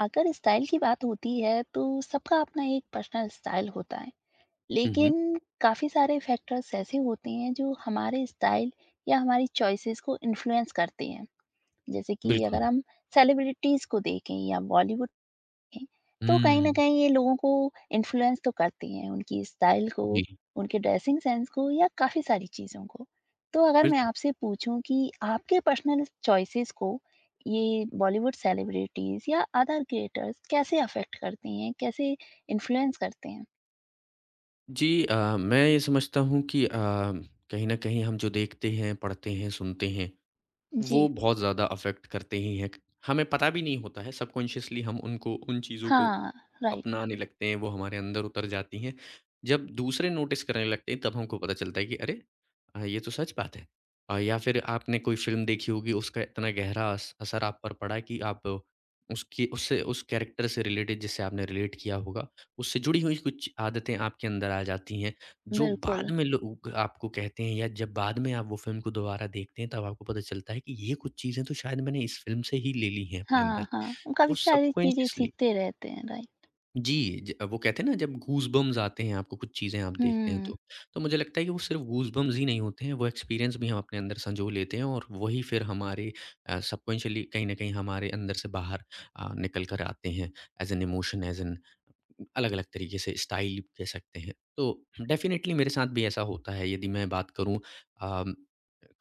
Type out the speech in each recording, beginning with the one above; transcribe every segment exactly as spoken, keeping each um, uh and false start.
अगर स्टाइल की बात होती है तो सबका अपना एक पर्सनल स्टाइल होता है हुँ, हुँ। लेकिन काफ़ी सारे फैक्टर्स ऐसे होते हैं जो हमारे स्टाइल या हमारी चॉइसेस को इन्फ्लुएंस करते हैं। जैसे कि अगर बिल्कुल। हम सेलिब्रिटीज़ को देखें या बॉलीवुड हैं, तो कहीं न हुँ, कहीं ये लोगों को इन्फ्लुएंस तो करती हैं, उनकी स्टाइल को, जी, उनके ड्रेसिंग सेंस को या काफ़ी सारी चीज़ों को। तो अगर मैं बिल्कुल। आपसे पूछूँ कि आपके पर्सनल चॉइसेस को ये बॉलीवुड सेलिब्रिटीज़ या अदर क्रिएटर्स कैसे अफ़ेक्ट करती हैं, कैसे इन्फ्लुएंस करते हैं? जी अ, मैं ये समझता हूँ कि अ, कहीं न कहीं हम जो देखते हैं, पढ़ते हैं, सुनते हैं वो जी। बहुत ज़्यादा अफ़ेक्ट करते ही हैं। हमें पता भी नहीं होता है सबकॉन्शियसली हम उनको उन चीज़ों को हाँ, राइट, अपनाने लगते हैं, वो हमारे अंदर उतर जाती हैं। जब दूसरे नोटिस करने लगते हैं तब हमको पता चलता है कि अरे! अ, ये तो सच बात है। अ, या फिर आपने कोई फ़िल्म देखी होगी उसका इतना गहरा अस असर आप पर पड़ा कि आप उसकी उससे उस कैरेक्टर से रिलेटेड जिससे आपने रिलेट किया होगा, उससे जुड़ी हुई कुछ आदतें आपके अंदर आ जाती हैं। जो बिल्कुल। बाद में लोग आपको कहते हैं या जब बाद में आप वो फ़िल्म को दोबारा देखते हैं, तब आपको पता चलता है कि ये कुछ चीज़ें तो शायद मैंने इस फ़िल्म से ही ले ली हैं अपने अंदर। हाँ, हाँ, वो काफ़ी वो सारी चीज़ें सबकॉन्शियसली सीखते रहते हैं, राइट। जी, ज वो कहते हैं ना जब गूज़ बम्प्स आते हैं आपको कुछ चीज़ें आप देखते हैं हुँ, तो। तो मुझे लगता है कि वो सिर्फ़ गूज़ बम्प्स ही नहीं होते हैं, वो एक्सपीरियंस भी हम अपने अंदर सँजो लेते हैं और वही फिर हमारे अ, सबकॉन्शियसली कहीं न कहीं हमारे अंदर से बाहर अ, निकल कर आते हैं as an emotion, as an अलग-अलग तरीके से स्टाइल कह सकते हैं। तो डेफ़िनेटली मेरे साथ भी ऐसा होता है यदि मैं बात करूँ अम,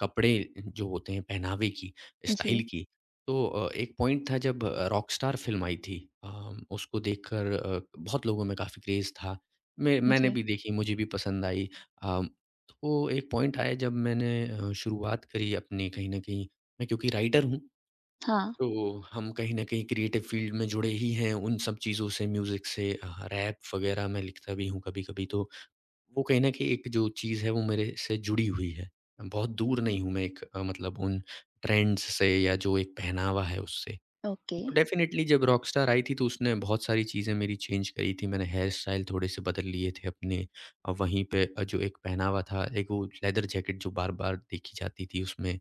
कपड़े जो होते हैं पहनावे की, जी, स्टाइल की, तो अ, एक पॉइंट था जब रॉकस्टार फ़िल्म आई थी अम, उसको देखकर अ, बहुत लोगों में काफ़ी क्रेज़ था। मैं मैंने जी। भी देखी, मुझे भी पसंद आई। अम, तो एक पॉइंट आया जब मैंने अ, शुरुआत करी अपनी कहीं न कहीं मैं क्योंकि राइटर हूँ हाँ, तो हम कहीं न कहीं क्रिएटिव फ़ील्ड में जुड़े ही हैं उन सब चीज़ों से, म्यूज़िक से अ, रैप वग़ैरह मैं लिखता भी हूँ कभी-कभी तो वो कहीं न कहीं एक जो चीज़ है वो मेरे से जुड़ी हुई है। बहुत दूर नहीं हूँ मैं एक अ, मतलब उन ट्रेंड्स से या जो एक पहनावा है उससे। ओके। तो डेफ़िनेटली जब रॉकस्टार आई थी तो उसने बहुत सारी चीज़ें मेरी चेंज करी थी। मैंने हेयर स्टाइल थोड़े से बदल लिए थे अपने अ, वहीं पे अ, जो एक पहनावा था, एक वो लेदर जैकेट जो बार-बार देखी जाती थी उसमें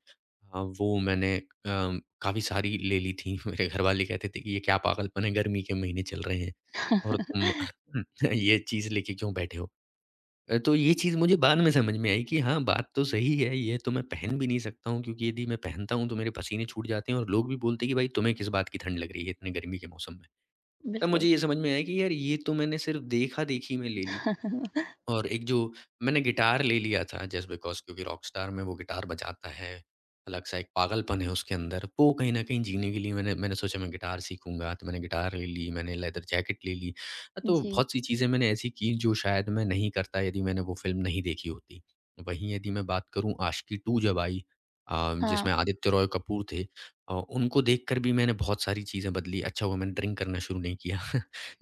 अ, वो मैंने अम, काफ़ी सारी ले ली थी। मेरे घरवाले कहते थे कि ये क्या पागलपन है गर्मी के महीने चल रहे हैं और तुम ये चीज़ लेके क्यों बैठे हो? अ, तो ये चीज़ मुझे बाद में समझ में आई कि हाँ, बात तो सही है, ये तो मैं पहन भी नहीं सकता हूँ क्योंकि यदि मैं पहनता हूँ तो मेरे पसीने छूट जाते हैं और लोग भी बोलते हैं कि भाई तुम्हें किस बात की ठंड लग रही है इतने गर्मी के मौसम में। तब बिल्कुल। मुझे ये समझ में आया कि यार ये तो मैंने सिर्फ़ देखा-देखी में ले ली। और एक जो मैंने गिटार ले लिया था जस्ट बिकॉज़ क्योंकि रॉकस्टार में वो गिटार बजाता है। अलग-सा एक पागलपन है उसके अंदर, वो कहीं न कहीं जीने के लिए मैंने मैंने सोचा मैं गिटार सीखूँगा, तो मैंने गिटार ले ली, मैंने लेदर जैकेट ले ली। तो जी, बहुत-सी चीज़ें मैंने ऐसी की जो शायद मैं नहीं करता यदि मैंने वो फ़िल्म नहीं देखी होती। वहीं यदि मैं बात करूँ आशिकी टू जब आई अ, हाँ, जिसमें आदित्य रॉय कपूर थे अ, उनको देखकर भी मैंने बहुत सारी चीज़ें बदली। अच्छा हुआ मैंने ड्रिंक करना शुरू नहीं किया।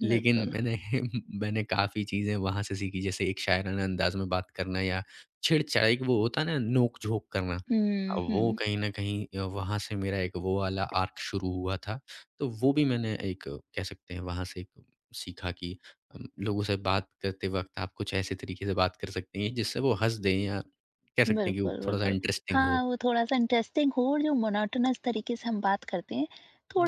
लेकिन बिल्कुल। मैंने मैंने काफ़ी चीज़ें वहाँ से सीखी, जैसे एक शायराना अंदाज़ में बात करना या छेड़छाड़ एक वो होता है ना नोक-झोंक करना। हुँ, अ, वो हुँ, कहीं न कहीं अ, वहाँ से मेरा एक वो वाला आर्क शुरू हुआ था। तो वो भी मैंने एक अ, कह सकते हैं वहाँ से एक सीखा कि अम, लोगों से बात करते वक़्त आप कुछ ऐसे तरीके से बात कर सकते हैं जिससे वो हँस दें या कह सकते हैं कि वो बिल्कुल, थोड़ा-सा बिल्कुल। इंटरेस्टिंग हो। हाँ, वो थोड़ा-सा इंटरेस्टिंग हो और जो मोनोटोनस तरीके से हम बात करते हैं,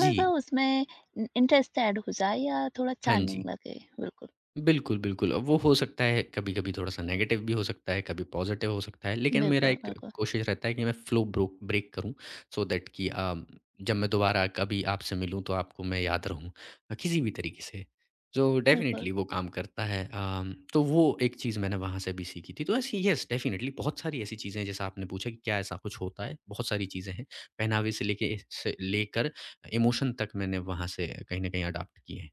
जी। उसमें इ इंटरेस्ट ऐड हो जाए या थोड़ा हाँ चार्मिंग जी। लगे। बिल्कुल, बिल्कुल, बिल्कुल। अब वो हो सकता है कभी-कभी थोड़ा-सा नेगेटिव भी हो सकता है, कभी पॉज़िटिव हो सकता है। लेकिन मेरा बिल्कुल, एक बिल्कुल, कोशिश रहता है कि मैं फ़्लो ब्रोक ब्रेक करूँ सो दैट कि अ, जब मैं दोबारा कभी आपसे मिलूँ तो आपको मैं याद रहूँ अ, किसी भी तरीके से। सो बिल्कुल, डेफ़िनिटली वो काम करता है। अम, तो वो एक चीज़ मैंने वहाँ से भी सीखी थी। तो ऐसी येस डेफ़िनिटली बहुत सारी ऐसी चीज़ें हैं जैसा आपने पूछा कि क्या ऐसा कुछ होता है? बहुत सारी चीज़ें हैं। पहनावे से लेके से लेकर इमोशन तक मैंने वहाँ से कहीं न कहीं अडॉप्ट किए हैं।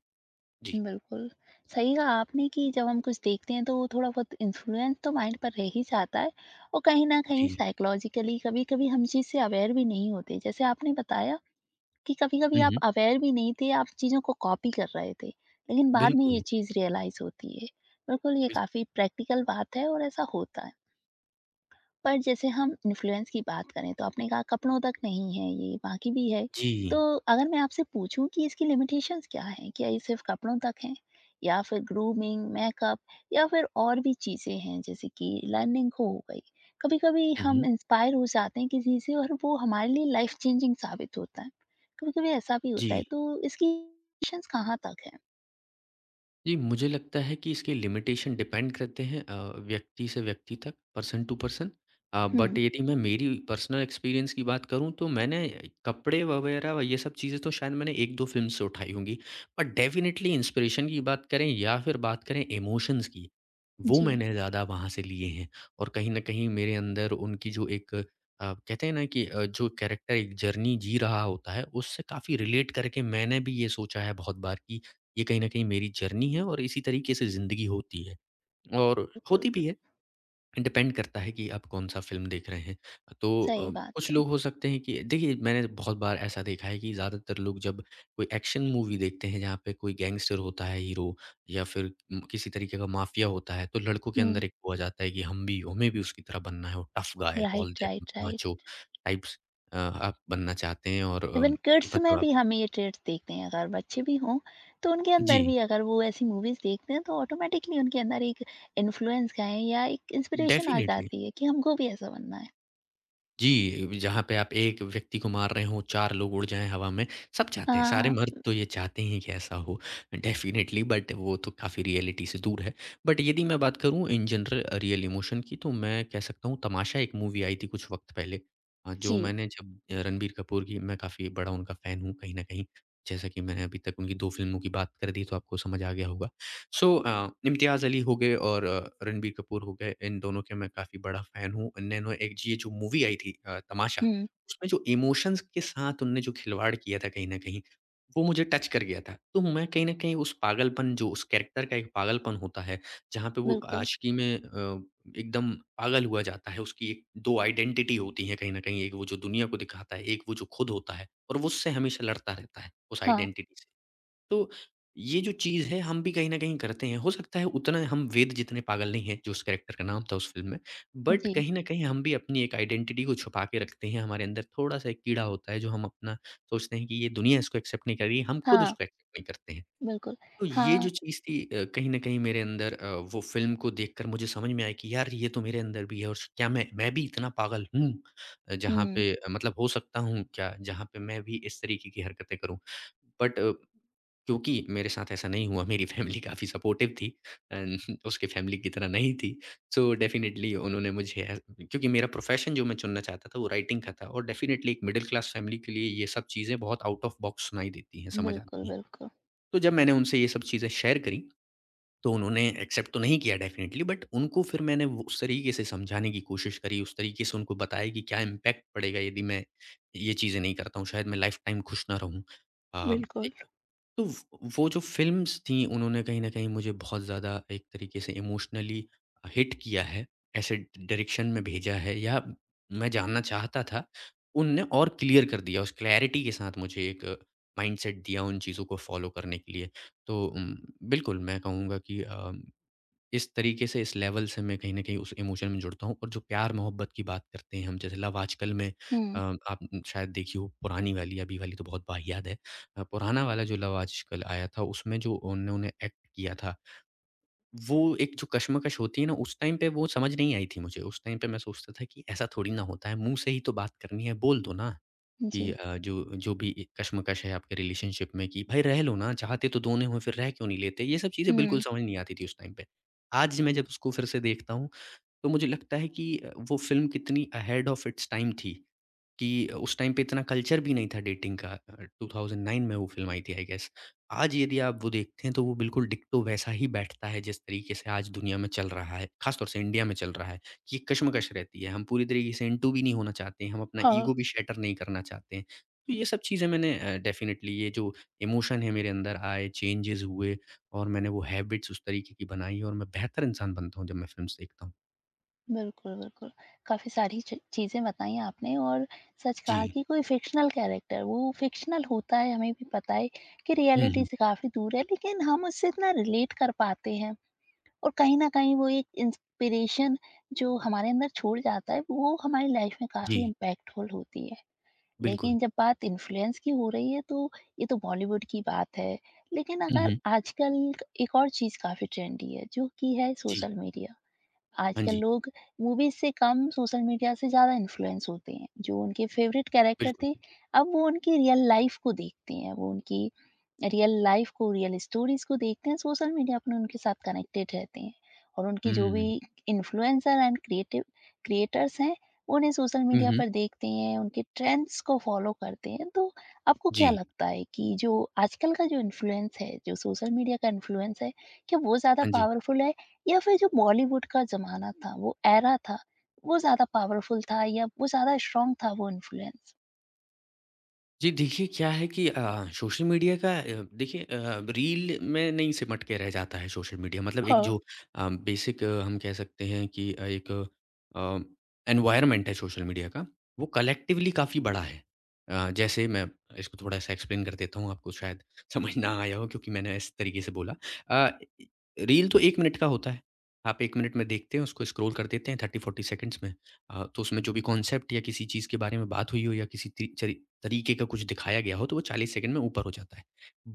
जी। बिल्कुल। सही कहा आपने कि जब हम कुछ देखते हैं तो वो थोड़ा-बहुत इन्फ्लुएंस तो माइंड पर रह ही जाता है और कहीं न कहीं जी। साइकोलॉजिकली कभी-कभी हम चीज़ से अवेयर भी नहीं होते। जैसे आपने बताया कि कभी-कभी हुँ, आप हुँ। अवेयर भी नहीं थे, आप चीज़ों को कॉपी कर रहे थे, लेकिन बाद में ये बिल्कुल, चीज़ रियलाइज़ होती है। बिल्कुल, ये बिल्कुल। काफ़ी प्रैक्टिकल बात है और ऐसा होता है। पर जैसे हम इन्फ्लुएंस की बात करें तो आपने कहा कपड़ों तक नहीं है ये, बाकी भी है। जी। तो अगर मैं आपसे पूछूँ कि इसकी लिमिटेशंस क्या हैं? क्या ये सिर्फ़ कपड़ों तक हैं? या फिर ग्रूमिंग, मेकअप या फिर और भी चीज़ें हैं जैसे कि लर्निंग हो गई? कभी-कभी हुँ, हम हुँ। इंस्पायर हो जाते हैं किसी से और वो हमारे लिए लाइफ़ चेंजिंग साबित होता है। कभी-कभी ऐसा भी जी। होता है तो इसकी लिमिटेशंस कहाँ तक हैं? जी, मुझे लगता है कि इसके लिमिटेशन डिपेंड करते हैं अ, व्यक्ति से व्यक्ति तक, person to person. Uh, but हुँ, यदि मैं मेरी पर्सनल एक्सपीरियंस की बात करूँ तो मैंने कपड़े वगैरह व ये सब चीज़ें तो शायद मैंने एक दो फ़िल्म से उठाई होंगी। बट डेफ़िनेटली इंस्पिरेशन की बात करें या फिर बात करें इमोशंस की, वो जी। मैंने ज़्यादा वहाँ से लिए हैं। और कहीं न कहीं मेरे अंदर उनकी जो एक अ, कहते हैं ना कि अ, जो कैरेक्टर एक जर्नी जी रहा होता है, उससे काफ़ी रिलेट करके मैंने भी ये सोचा है बहुत बार कि ये कहीं न कहीं मेरी जर्नी है और इसी तरीके से ज़िंदगी होती है और बिल्कुल, होती बिल्कुल। भी है, डिपेंड करता है कि आप कौन-सा फ़िल्म देख रहे हैं। तो सही अ, बात कुछ है। लोग हो सकते हैं कि देखिए, मैंने बहुत बार ऐसा देखा है कि ज़्यादातर लोग जब कोई एक्शन मूवी देखते हैं, जहाँ पे कोई गैंगस्टर होता है हीरो या फिर उम, किसी तरीके का माफ़िया होता है, तो लड़कों के हुँ, अंदर एक वो आ जाता है कि हम भी हमें भी उसकी तरह बनना है और tough guy, all right, that right, right. Macho types uh, आप बनना चाहते हैं और अ, इवन ये किड्स में मतलब आप भी हमें ये ट्रेड्स देखते हैं अगर बच्चे भी हों तो उनके अंदर जी, भी अगर वो ऐसी मूवीज देखते हैं तो ऑटोमेटिकली उनके अंदर एक इन्फ्लुएंस का है या एक इंस्पिरेशन आ डेफ़िनिटली। जाती है कि हमको भी ऐसा बनना है। जी, जहाँ पे आप एक व्यक्ति को मार रहे हों, चार लोग उड़ जाएँ हवा में, सब चाहते हैं, सारे हाँ मर्द तो ये चाहते ही हैं कि ऐसा हो डेफ़िनेटली बट वो तो काफ़ी रियलिटी से दूर है। बट यदि मैं बात करूँ इन जनरल रियल इमोशन की तो मैं कह सकता हूँ तमाशा एक मूवी आई थी कुछ वक़्त पहले अ, जो जी। मैंने जब अ, रणबीर कपूर की मैं काफ़ी बड़ा उनका फ़ैन हूँ कहीं न कहीं, जैसा कि मैंने अभी तक उनकी दो फ़िल्मों की बात कर दी तो आपको समझ आ गया होगा। सो अ, इम्तियाज़ अली हो गए और अ, रणबीर कपूर हो गए, इन दोनों के मैं काफ़ी बड़ा फ़ैन हूँ। इन्होंने एक ये जो मूवी आई थी अ, तमाशा, हम्म। उसमें जो इमोशंस के साथ उनने जो खिलवाड़ किया था कहीं न कहीं, वो मुझे टच कर गया था। तो मैं कहीं न कहीं उस पागलपन जो उस कैरेक्टर का एक पागलपन होता है, जहाँ पे वो बिल्कुल। आशिकी में अ, एकदम पागल हुआ जाता है, उसकी एक दो आइडेंटिटी होती है कहीं न कहीं, एक वो जो दुनिया को दिखाता है, एक वो जो खुद होता है और वो उससे हमेशा लड़ता रहता है, उस हाँ आइडेंटिटी से। तो ये जो चीज़ है हम भी कहीं न कहीं करते हैं। हो सकता है उतना हम वेद जितने पागल नहीं हैं, जो उस कैरेक्टर का नाम था उस फ़िल्म में। बट जी। कहीं न कहीं हम भी अपनी एक आइडेंटिटी को छुपा के रखते हैं। हमारे अंदर थोड़ा-सा एक कीड़ा होता है जो हम अपना सोचते हैं कि ये दुनिया इसको एक्सेप्ट नहीं कर रही है, हम खुद हाँ। उसको एक्सेप्ट नहीं करते हैं। बिल्कुल। तो ये हाँ। जो चीज़ थी अ, कहीं न कहीं मेरे अंदर अ, वो फ़िल्म को देखकर मुझे समझ में आया कि यार ये तो मेरे अंदर भी है और क्या मैं मैं भी इतना पागल हूँ? अ, जहाँ हम्म। पे अ, मतलब हो सकता हूँ क्या? जहाँ पे मैं भी इस तरीके की हरकतें करूँ। बट क्योंकि मेरे साथ ऐसा नहीं हुआ, मेरी फैमिली काफ़ी सपोर्टिव थी एंड उसकी फैमिली की तरह नहीं थी। सो डेफ़िनिटली उन्होंने मुझे ह क्योंकि मेरा प्रोफ़ेशन जो मैं चुनना चाहता था वो राइटिंग का था और डेफ़िनिटली एक मिडल क्लास फैमिली के लिए ये सब चीज़ें बहुत आउट ऑफ बॉक्स सुनाई देती हैं, समझ बिल्कुल, आती हैं। बिल्कुल, तो जब मैंने उनसे ये सब चीज़ें शेयर करी, तो उन्होंने एक्सेप्ट तो नहीं किया डेफ़िनिटली बट उनको फिर मैंने वो उस तरीके से समझाने की कोशिश करी, उस तरीके से उनको बताया कि क्या इम्पैक्ट पड़ेगा यदि मैं ये चीज़ें नहीं करता हूँ, शायद मैं लाइफ़ टाइम खुश ना रहूँ। अ, बिल्कुल। एक तो व वो जो फ़िल्म्स थी उन्होंने कहीं न कहीं मुझे बहुत ज़्यादा एक तरीके से इमोशनली हिट किया है, ऐसे डायरेक्शन में भेजा है या मैं जानना चाहता था, उनने और क्लियर कर दिया, उस क्लैरिटी के साथ मुझे एक माइंडसेट दिया उन चीज़ों को फ़ॉलो करने के लिए। तो उम, बिल्कुल मैं कहूँगा कि अ इस तरीके से, इस लेवल से मैं कहीं न कहीं उस इमोशन में जुड़ता हूँ और जो प्यार-मोहब्बत की बात करते हैं हम, जैसे लव आजकल में अ, हम्म। आप शायद देखी हो पुरानी वाली, अभी वाली तो बहुत वाहियात है। अ, पुराना वाला जो लव आजकल आया था, उसमें जो उन्होंने एक्ट किया था वो एक जो कशमकश होती है ना, उस टाइम पे वो समझ नहीं आई थी मुझे। उस टाइम पे मैं सोचता था कि ऐसा थोड़ी ना होता है, मुँह से ही तो बात करनी है, बोल दो ना जी। कि अ, जो जो भी ए कशमकश है आपके रिलेशनशिप में कि भाई रह लो ना, चाहते तो दोनों हो फिर रह क्यों नहीं लेते? ये सब चीज़ें बिल्कुल हम्म। समझ नहीं आती थी उस टाइम पे। आज मैं जब उसको फिर से देखता हूँ तो मुझे लगता है कि अ, वो फ़िल्म कितनी अहेड ऑफ इट्स टाइम थी कि उस टाइम पे इतना कल्चर भी नहीं था डेटिंग का अ, ट्वेंटी ओ नाइन में वो फ़िल्म आई थी आई गेस। आज यदि आप वो देखते हैं तो वो बिल्कुल डिक्टो वैसा ही बैठता है जिस तरीके से आज दुनिया में चल रहा है, ख़ास तौर से इंडिया में चल रहा है कि कशमकश रहती है। हम पूरी तरीके से इन्टू भी नहीं होना चाहते हैं, हम अपना हाँ। ईगो भी शैटर नहीं करना चाहते हैं। तो ये सब चीज़ें मैंने अ, डेफ़िनेटली ये जो इमोशन है मेरे अंदर आए, चेंजेज़ हुए और मैंने वो हैबिट्स उस तरीके की बनाई और मैं बेहतर इंसान बनता हूँ जब मैं फ़िल्म्स देखता हूँ। बिल्कुल, बिल्कुल। काफ़ी सारी च चीज़ें बताई आपने और सच जी। कहा कि कोई फ़िक्शनल कैरेक्टर वो फ़िक्शनल होता है, हमें भी पता है कि हुँ, रियलिटी हुँ। से काफ़ी दूर है, लेकिन हम उससे इतना रिलेट कर पाते हैं और कहीं न कहीं वो एक इंस्पिरेशन जो हमारे अंदर छोड़ जाता है, वो हमारी लाइफ़ में काफ़ी जी, इम्पैक्टफुल होती है। बिल्कुल। लेकिन जब बात इन्फ्लुएंस की हो रही है, तो ये तो बॉलीवुड की बात है, लेकिन हुँ, अगर हुँ। आजकल एक और चीज़ काफ़ी ट्रेंडी है, जो कि है जी। Social media. हाँ आजकल जी, लोग मूवीज से कम सोशल मीडिया से ज़्यादा इन्फ्लुएंस होते हैं। जो उनके फेवरेट कैरेक्टर बिल्कुल। थे, अब वो उनकी रियल लाइफ को देखते हैं, वो उनकी रियल लाइफ को, रियल स्टोरीज़ को देखते हैं, सोशल मीडिया अपने उनके साथ कनेक्टेड रहते हैं और उनकी जो भी हुँ। इन्फ्लुएंसर एंड क्रिएटिव क्रिएटर्स हैं, उन्हें सोशल हुँ, मीडिया हुँ। पर देखते हैं, उनके ट्रेंड्स को फ़ॉलो करते हैं। तो आपको जी। क्या लगता है कि जो आजकल का जो इन्फ्लुएंस है, जो सोशल मीडिया का इन्फ्लुएंस है, क्या वो ज़्यादा हाँ जी। पावरफुल है या फिर जो बॉलीवुड का ज़माना था, वो एरा था, वो ज़्यादा पावरफुल था या वो ज़्यादा स्ट्रॉन्ग था वो इन्फ्लुएंस? जी, देखिए क्या है कि अ, सोशल मीडिया का अ, देखिए अ, रील में नहीं सिमट के रह जाता है सोशल मीडिया मतलब एक हाँ। जो अ, बेसिक आ, हम कह सकते हैं कि अ, एक अ, एनवायरनमेंट है सोशल मीडिया का, वो कलेक्टिवली काफ़ी बड़ा है। अ, जैसे मैं इसको थोड़ा-सा एक्सप्लेन कर देता हूँ, आपको शायद समझ ना आया हो क्योंकि मैंने इस तरीके से बोला। अ, रील तो एक मिनट का होता है, आप एक मिनट में देखते हैं, उसको स्क्रॉल कर देते हैं तीस चालीस सेकंड्स में। अ, तो उसमें जो भी कॉन्सेप्ट या किसी चीज़ के बारे में बात हुई हो या किसी ती चरी तरीके का कुछ दिखाया गया हो तो वो चालीस सेकंड में ऊपर हो जाता है।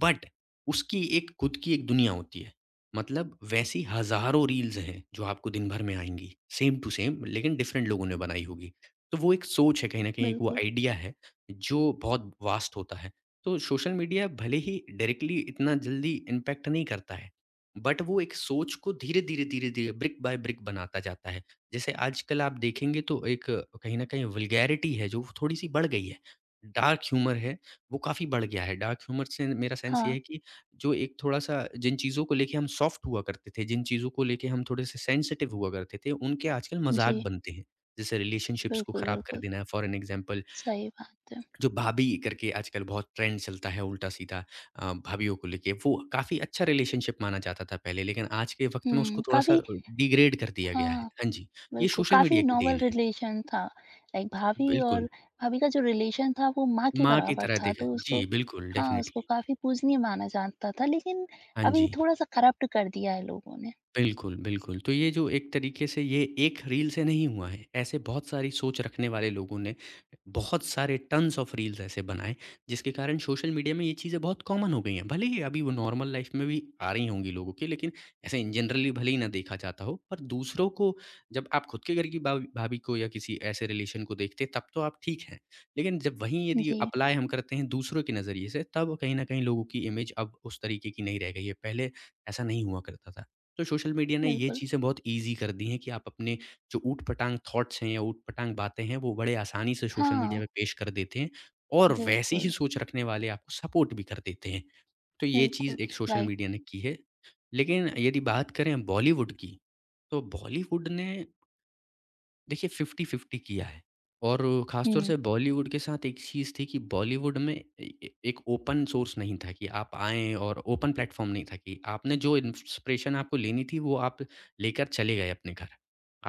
बट उसकी एक खुद की एक दुनिया होती है। मतलब वैसी हज़ारों रील्स हैं जो आपको दिन भर में आएँगी, सेम टू सेम लेकिन डिफरेंट लोगों ने बनाई होगी। तो वो एक सोच है कहीं न कहीं एक वो बिल्कुल। आइडिया है जो बहुत वास्ट होता है। तो सोशल मीडिया भले ही डायरेक्टली इतना जल्दी इम्पैक्ट नहीं करता है, बट वो एक सोच को धीरे-धीरे, धीरे-धीरे, ब्रिक बाय ब्रिक बनाता जाता है। जैसे आजकल आप देखेंगे तो एक कहीं न कहीं वल्गैरिटी है जो थोड़ी-सी बढ़ गई है। डार्क ह्यूमर है, वो काफ़ी बढ़ गया है। डार्क ह्यूमर से मेरा सेंस ये हाँ। है कि जो एक थोड़ा-सा जिन चीज़ों को लेके हम सॉफ्ट हुआ करते थे, जिन चीज़ों को लेके हम थोड़े-से सेंसिटिव हुआ करते थे, उनके आजकल मज़ाक जी, बनते हैं। जैसे रिलेशनशिप्स को बिल्कुल, ख़राब कर बिल्कुल। देना है फॉर एन एग्ज़ाम्पल सही बात है। जो भाभी करके आजकल बहुत ट्रेंड चलता है उल्टा-सीधा अ, भाभियों को लेके। वो काफ़ी अच्छा रिलेशनशिप माना जाता था पहले, लेकिन आज के वक़्त में हुँ, उसको थोड़ा-सा काफ़ी। अ, डिग्रेड कर दिया गया है। हाँ, हाँ जी, ये बिल्कुल, सोशल काफ़ी मीडिया की नॉवल देन है। रिलेशन था। लाइक भाभी और बिल्कुल, भाभी का जो रिलेशन था वो माँ के माँ की बराबर तरह था, तो देखें उसको जी, बिल्कुल, हाँ, उसको डेफ़िनिटली। काफ़ी पूजनीय माना जाता था, लेकिन हाँ अभी जी। थोड़ा-सा करप्ट कर दिया है लोगों ने। बिल्कुल, बिल्कुल। तो ये जो एक तरीके से ये एक रील से नहीं हुआ है, ऐसे बहुत सारी सोच रखने वाले लोगों ने बहुत सारे टन्स ऑफ रील्स ऐसे बनाए, जिसके कारण सोशल मीडिया में ये चीज़ें बहुत कॉमन हो गई हैं। भले ही अभी वो नॉर्मल लाइफ़ में भी आ रही होंगी लोगों की, लेकिन ऐसे इन जनरली भले ही ना देखा जाता हो, पर दूसरों को जब आप खुद के घर की भाभी भाभी को या किसी ऐसे रिलेशन को देखते हैं, तब तो आप ठीक हैं। लेकिन जब वहीं यदि जी, अप्लाई हम करते हैं दूसरों के नज़रिए से, तब कहीं न कहीं लोगों की इमेज अब उस तरीके की नहीं रह गई है। पहले ऐसा नहीं हुआ करता था। तो सोशल मीडिया ने ये बिल्कुल। चीज़ें बहुत ईज़ी कर दी हैं कि आप अपने जो ऊट-पटांग थॉट्स हैं या ऊट-पटांग बातें हैं, वो बड़े आसानी से सोशल हाँ, मीडिया पे पेश कर देते हैं और वैसी ही बिल्कुल, सोच रखने वाले आपको सपोर्ट भी कर देते हैं। तो ये चीज़ बिल्कुल, एक सोशल मीडिया राइट। ने की है। लेकिन यदि बात करें बॉलीवुड की, तो बॉलीवुड ने देखिए फ़िफ़्टी फ़िफ़्टी किया है और ख़ास तौर हुँ, से बॉलीवुड के साथ एक चीज़ थी कि बॉलीवुड में ए ए एक ओपन सोर्स नहीं था कि आप आएँ और ओपन प्लेटफ़ॉर्म नहीं था कि आपने जो इंस्पिरेशन आपको लेनी थी वो आप लेकर चले गए अपने घर।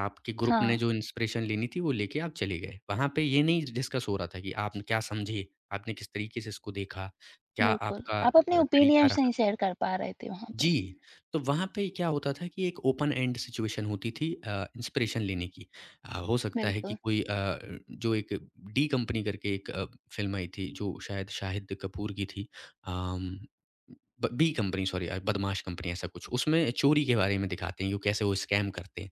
आपके ग्रुप हाँ, ने जो इंस्पिरेशन लेनी थी वो लेके आप चले गए। वहाँ पे ये नहीं डिस्कस हो रहा था कि आप क्या समझे, आपने किस तरीके से इसको देखा, क्या बिल्कुल। आपका अ, आप अपने तरीका ओपिनियंस रहा। नहीं शेयर कर पा रहे थे वहाँ पे। जी, तो वहाँ पे क्या होता था कि एक ओपन एंड सिचुएशन होती थी अ, इंस्पिरेशन लेने की। अ, हो सकता है कि बिल्कुल, कोई अ, जो एक डी कंपनी करके एक अ, फ़िल्म आई थी जो शायद शाहिद कपूर की थी। अम, ब बी कंपनी सॉरी अ, बदमाश कंपनी ऐसा कुछ। उसमें चोरी के बारे में दिखाते हैं कि कैसे वो स्कैम करते हैं।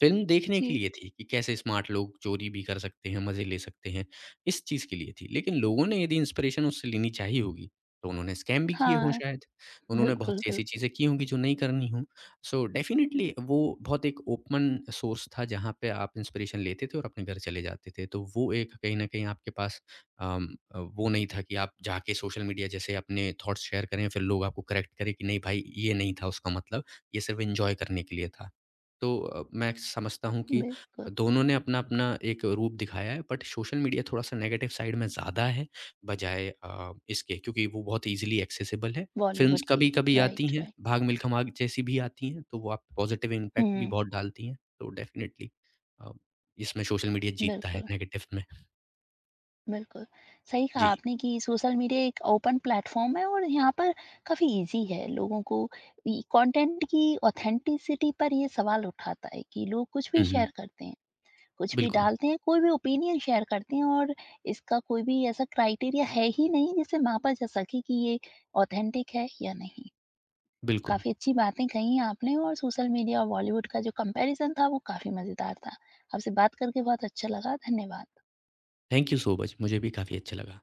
फ़िल्म देखने के जी। लिए थी कि कैसे स्मार्ट लोग चोरी भी कर सकते हैं, मज़े ले सकते हैं, इस चीज़ के लिए थी। लेकिन लोगों ने यदि इंस्पिरेशन उससे लेनी चाहिए होगी, तो उन्होंने स्कैम भी किए हों हाँ, शायद। उन्होंने बहुत बिल्कुल, सी बिल्कुल, ऐसी चीज़ें की होंगी जो नहीं करनी हों। सो डेफ़िनेटली वो बहुत एक ओपन सोर्स था जहाँ पे आप इंस्पिरेशन लेते थे और अपने घर चले जाते थे। तो वो एक कहीं न कहीं आपके पास अम, अ, वो नहीं था कि आप जाके सोशल मीडिया जैसे अपने थॉट्स शेयर करें फिर लोग आपको करेक्ट करें कि नहीं भाई ये नहीं था उसका मतलब, ये सिर्फ़ एन्जॉय करने के लिए था। तो अ, मैं समझता हूँ कि बिल्कुल, दोनों ने अपना-अपना एक रूप दिखाया है बट सोशल मीडिया थोड़ा-सा नेगेटिव साइड में ज़्यादा है बजाय अ, इसके क्योंकि वो बहुत ईज़िली एक्सेसिबल है। फ़िल्म्स बॉलीवुड के। कभी-कभी राइट, आती हैं, राइट। भाग मिल्खा भाग जैसी भी आती हैं, तो वो आप पॉज़िटिव इम्पैक्ट भी हुँ, बहुत डालती हैं। तो डेफ़िनिटली अ, इसमें सोशल मीडिया जीतता है बिल्कुल, नेगेटिव में। बिल्कुल। सही कहा जी। आपने कि सोशल मीडिया एक ओपन प्लेटफ़ॉर्म है और यहाँ पर काफ़ी ईज़ी है लोगों को इ कंटेंट की ऑथेंटिसिटी पर ये सवाल उठाता है कि लोग कुछ भी हुँ, शेयर हुँ। करते हैं, कुछ भी बिल्कुल, डालते हैं, कोई भी ओपिनियन शेयर करते हैं और इसका कोई भी ऐसा क्राइटेरिया है ही नहीं जिससे मापा जा सके कि ये ऑथेंटिक है या नहीं। बिल्कुल। काफ़ी अच्छी बातें कही आपने और सोशल मीडिया और बॉलीवुड का जो कंपैरिज़न था वो काफ़ी मज़ेदार था। आपसे बात करके बहुत अच्छा लगा, धन्यवाद। थैंक यू सो मच मुझे भी काफ़ी अच्छा लगा।